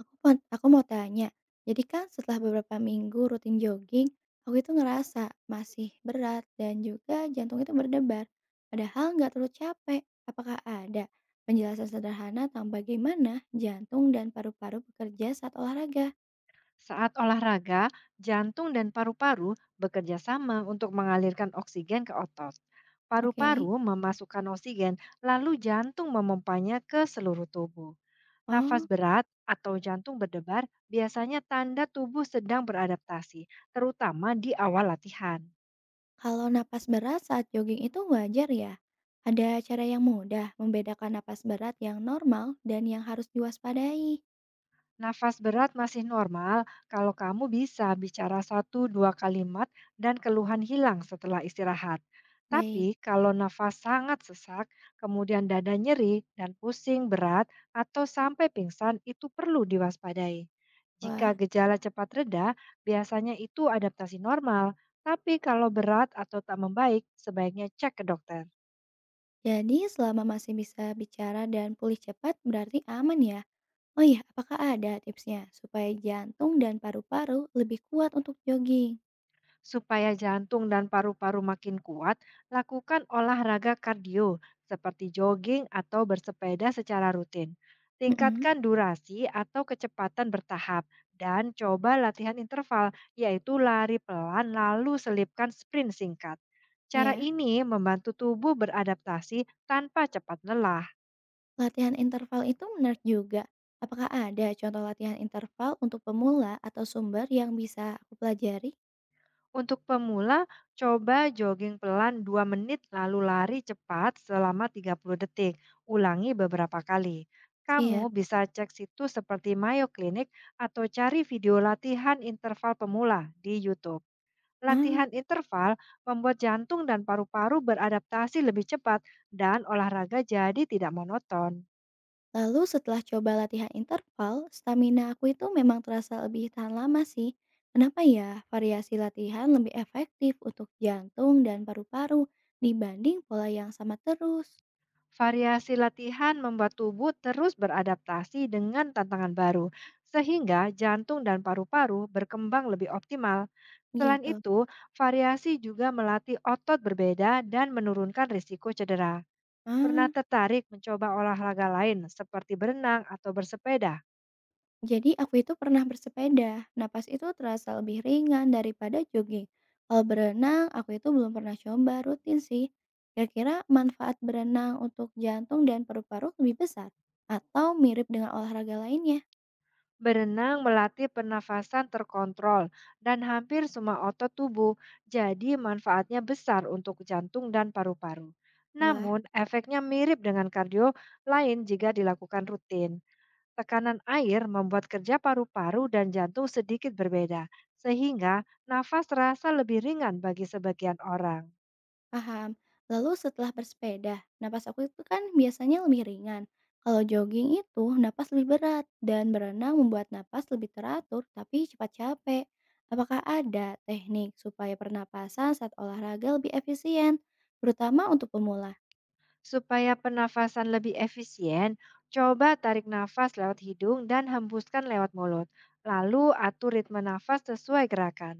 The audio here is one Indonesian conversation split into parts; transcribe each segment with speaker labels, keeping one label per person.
Speaker 1: Aku mau tanya, jadi kan setelah beberapa minggu rutin jogging, aku itu ngerasa masih berat dan juga jantung itu berdebar, padahal nggak terlalu capek. Apakah ada penjelasan sederhana tentang bagaimana jantung dan paru-paru bekerja saat olahraga?
Speaker 2: Saat olahraga, jantung dan paru-paru bekerja sama untuk mengalirkan oksigen ke otot.
Speaker 1: Oke.
Speaker 2: Paru-paru memasukkan oksigen, lalu jantung memompanya ke seluruh tubuh. Nafas
Speaker 1: Oh,
Speaker 2: berat atau jantung berdebar biasanya tanda tubuh sedang beradaptasi, terutama di awal latihan.
Speaker 1: kalau napas berat saat jogging itu wajar ya? Ada cara yang mudah membedakan napas berat yang normal dan yang harus diwaspadai?
Speaker 2: Nafas berat masih normal kalau kamu bisa bicara satu dua kalimat dan keluhan hilang setelah istirahat. Tapi
Speaker 1: Baik.
Speaker 2: kalau nafas sangat sesak, kemudian dada nyeri dan pusing berat atau sampai pingsan itu perlu diwaspadai. Jika
Speaker 1: Wah.
Speaker 2: gejala cepat reda, biasanya itu adaptasi normal. Tapi kalau berat atau tak membaik, sebaiknya cek ke dokter.
Speaker 1: Jadi selama masih bisa bicara dan pulih cepat berarti aman ya? Oh iya, apakah ada tipsnya supaya jantung dan paru-paru lebih kuat untuk jogging?
Speaker 2: Supaya jantung dan paru-paru makin kuat, lakukan olahraga kardio seperti jogging atau bersepeda secara rutin.
Speaker 1: Mhm,
Speaker 2: Tingkatkan durasi atau kecepatan bertahap dan coba latihan interval, yaitu lari pelan lalu selipkan sprint singkat. Cara
Speaker 1: ya.
Speaker 2: ini membantu tubuh beradaptasi tanpa cepat lelah.
Speaker 1: Latihan interval itu menarik juga. Apakah ada contoh latihan interval untuk pemula atau sumber yang bisa aku pelajari?
Speaker 2: Untuk pemula, coba jogging pelan 2 menit lalu lari cepat selama 30 detik. Ulangi beberapa kali. Kamu
Speaker 1: Siap.
Speaker 2: bisa cek situs seperti Mayo Clinic atau cari video latihan interval pemula di YouTube.
Speaker 1: Ah.
Speaker 2: Latihan interval membuat jantung dan paru-paru beradaptasi lebih cepat dan olahraga jadi tidak monoton.
Speaker 1: Lalu setelah coba latihan interval, stamina aku itu memang terasa lebih tahan lama sih. Kenapa ya variasi latihan lebih efektif untuk jantung dan paru-paru dibanding pola yang sama terus?
Speaker 2: Variasi latihan membuat tubuh terus beradaptasi dengan tantangan baru, sehingga jantung dan paru-paru berkembang lebih optimal. Selain
Speaker 1: Gitu.
Speaker 2: itu, variasi juga melatih otot berbeda dan menurunkan risiko cedera. Pernah
Speaker 1: Ah,
Speaker 2: tertarik mencoba olahraga lain seperti berenang atau bersepeda?
Speaker 1: jadi aku itu pernah bersepeda, napas itu terasa lebih ringan daripada jogging. Kalau berenang, aku itu belum pernah coba rutin sih. Kira-kira manfaat berenang untuk jantung dan paru-paru lebih besar? Atau mirip dengan olahraga lainnya?
Speaker 2: Berenang melatih pernafasan terkontrol dan hampir semua otot tubuh, jadi manfaatnya besar untuk jantung dan paru-paru.
Speaker 1: Wah.
Speaker 2: Namun, efeknya mirip dengan kardio lain jika dilakukan rutin. Tekanan air membuat kerja paru-paru dan jantung sedikit berbeda, sehingga nafas terasa lebih ringan bagi sebagian orang.
Speaker 1: Paham. Lalu setelah bersepeda, napas aku itu kan biasanya lebih ringan. Kalau jogging itu napas lebih berat dan berenang membuat napas lebih teratur tapi cepat capek. Apakah ada teknik supaya pernapasan saat olahraga lebih efisien, terutama untuk pemula?
Speaker 2: Supaya pernafasan lebih efisien, coba tarik nafas lewat hidung dan hembuskan lewat mulut. Lalu atur ritme nafas sesuai gerakan.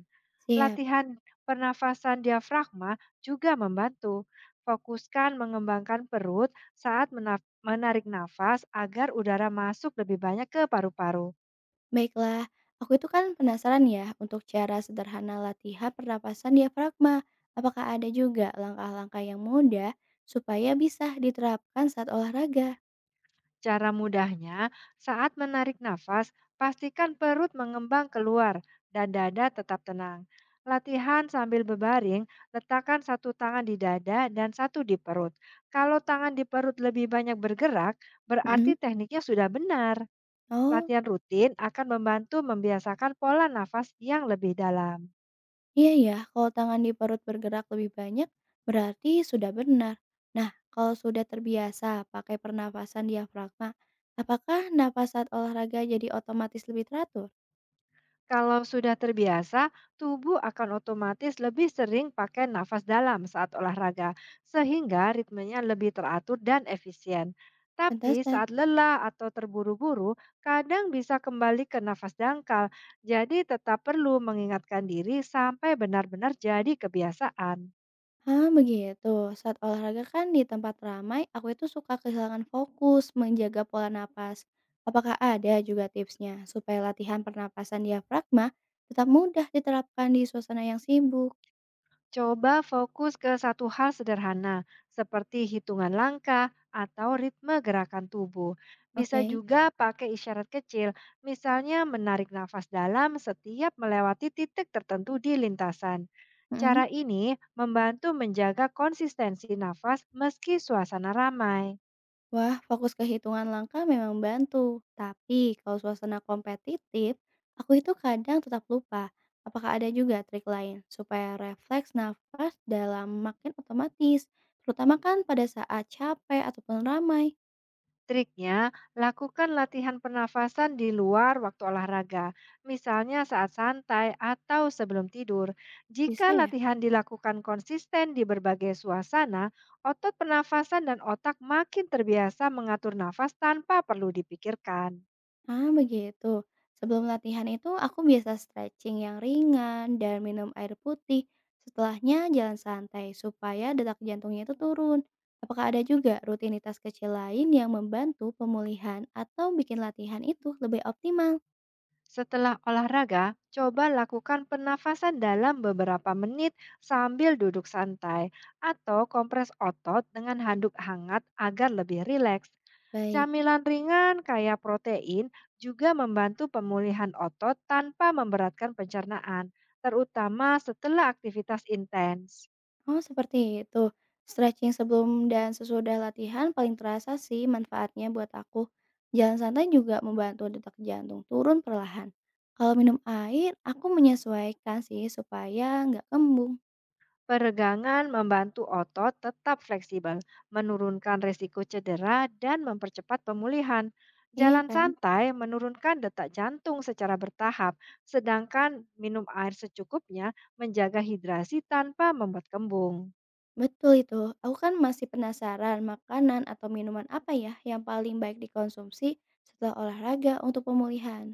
Speaker 1: Siap.
Speaker 2: Latihan pernafasan diafragma juga membantu. Fokuskan mengembangkan perut saat menarik nafas agar udara masuk lebih banyak ke paru-paru.
Speaker 1: Baiklah, aku itu kan penasaran ya untuk cara sederhana latihan pernapasan diafragma. Apakah ada juga langkah-langkah yang mudah supaya bisa diterapkan saat olahraga?
Speaker 2: Cara mudahnya, saat menarik nafas, pastikan perut mengembang keluar dan dada tetap tenang. Latihan sambil berbaring, letakkan satu tangan di dada dan satu di perut. Kalau tangan di perut lebih banyak bergerak, berarti
Speaker 1: Mm-mm.
Speaker 2: tekniknya sudah benar.
Speaker 1: Oh.
Speaker 2: Latihan rutin akan membantu membiasakan pola nafas yang lebih dalam.
Speaker 1: Iya ya, kalau tangan di perut bergerak lebih banyak, berarti sudah benar. Nah, kalau sudah terbiasa pakai pernafasan diafragma, apakah napas saat olahraga jadi otomatis lebih teratur?
Speaker 2: Kalau sudah terbiasa, tubuh akan otomatis lebih sering pakai nafas dalam saat olahraga, sehingga ritmenya lebih teratur dan efisien. Tapi
Speaker 1: Pantesan.
Speaker 2: saat lelah atau terburu-buru, kadang bisa kembali ke nafas dangkal, jadi tetap perlu mengingatkan diri sampai benar-benar jadi kebiasaan.
Speaker 1: Ah, begitu. Saat olahraga kan di tempat ramai, aku itu suka kehilangan fokus menjaga pola napas. Apakah ada juga tipsnya supaya latihan pernapasan diafragma tetap mudah diterapkan di suasana yang sibuk?
Speaker 2: Coba fokus ke satu hal sederhana, seperti hitungan langkah atau ritme gerakan tubuh. Bisa
Speaker 1: Oke.
Speaker 2: juga pakai isyarat kecil, misalnya menarik nafas dalam setiap melewati titik tertentu di lintasan. Cara
Speaker 1: Mm-mm.
Speaker 2: ini membantu menjaga konsistensi nafas meski suasana ramai.
Speaker 1: Wah, fokus ke hitungan langkah memang bantu. Tapi kalau suasana kompetitif, aku itu kadang tetap lupa. Apakah ada juga trik lain supaya refleks nafas dalam makin otomatis? Terutama kan pada saat capek ataupun ramai.
Speaker 2: Triknya, lakukan latihan pernafasan di luar waktu olahraga, misalnya saat santai atau sebelum tidur. Jika
Speaker 1: Bisa ya?
Speaker 2: latihan dilakukan konsisten di berbagai suasana, otot pernafasan dan otak makin terbiasa mengatur nafas tanpa perlu dipikirkan.
Speaker 1: Ah, begitu. Sebelum latihan itu aku biasa stretching yang ringan dan minum air putih. Setelahnya jalan santai supaya detak jantungnya itu turun. Apakah ada juga rutinitas kecil lain yang membantu pemulihan atau bikin latihan itu lebih optimal?
Speaker 2: Setelah olahraga, coba lakukan penafasan dalam beberapa menit sambil duduk santai atau kompres otot dengan handuk hangat agar lebih rileks.
Speaker 1: Baik.
Speaker 2: Camilan ringan kaya protein juga membantu pemulihan otot tanpa memberatkan pencernaan, terutama setelah aktivitas intens.
Speaker 1: Oh, seperti itu. Stretching sebelum dan sesudah latihan paling terasa sih manfaatnya buat aku. Jalan santai juga membantu detak jantung turun perlahan. Kalau minum air, aku menyesuaikan sih supaya nggak kembung.
Speaker 2: Peregangan membantu otot tetap fleksibel, menurunkan risiko cedera, dan mempercepat pemulihan.
Speaker 1: Iya
Speaker 2: Jalan
Speaker 1: kan?
Speaker 2: santai menurunkan detak jantung secara bertahap, sedangkan minum air secukupnya menjaga hidrasi tanpa membuat kembung.
Speaker 1: Betul itu. Aku kan masih penasaran makanan atau minuman apa ya yang paling baik dikonsumsi setelah olahraga untuk pemulihan.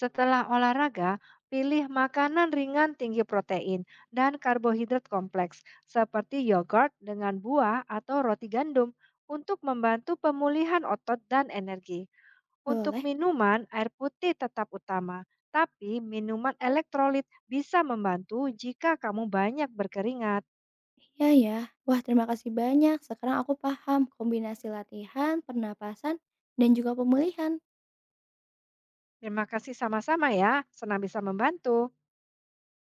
Speaker 2: Setelah olahraga, pilih makanan ringan tinggi protein dan karbohidrat kompleks seperti yogurt dengan buah atau roti gandum untuk membantu pemulihan otot dan energi. Untuk
Speaker 1: Boleh?
Speaker 2: minuman, air putih tetap utama, tapi minuman elektrolit bisa membantu jika kamu banyak berkeringat.
Speaker 1: Iya ya. Wah, terima kasih banyak. Sekarang aku paham kombinasi latihan, pernapasan, dan juga pemulihan.
Speaker 2: Terima kasih sama-sama ya, senang bisa membantu.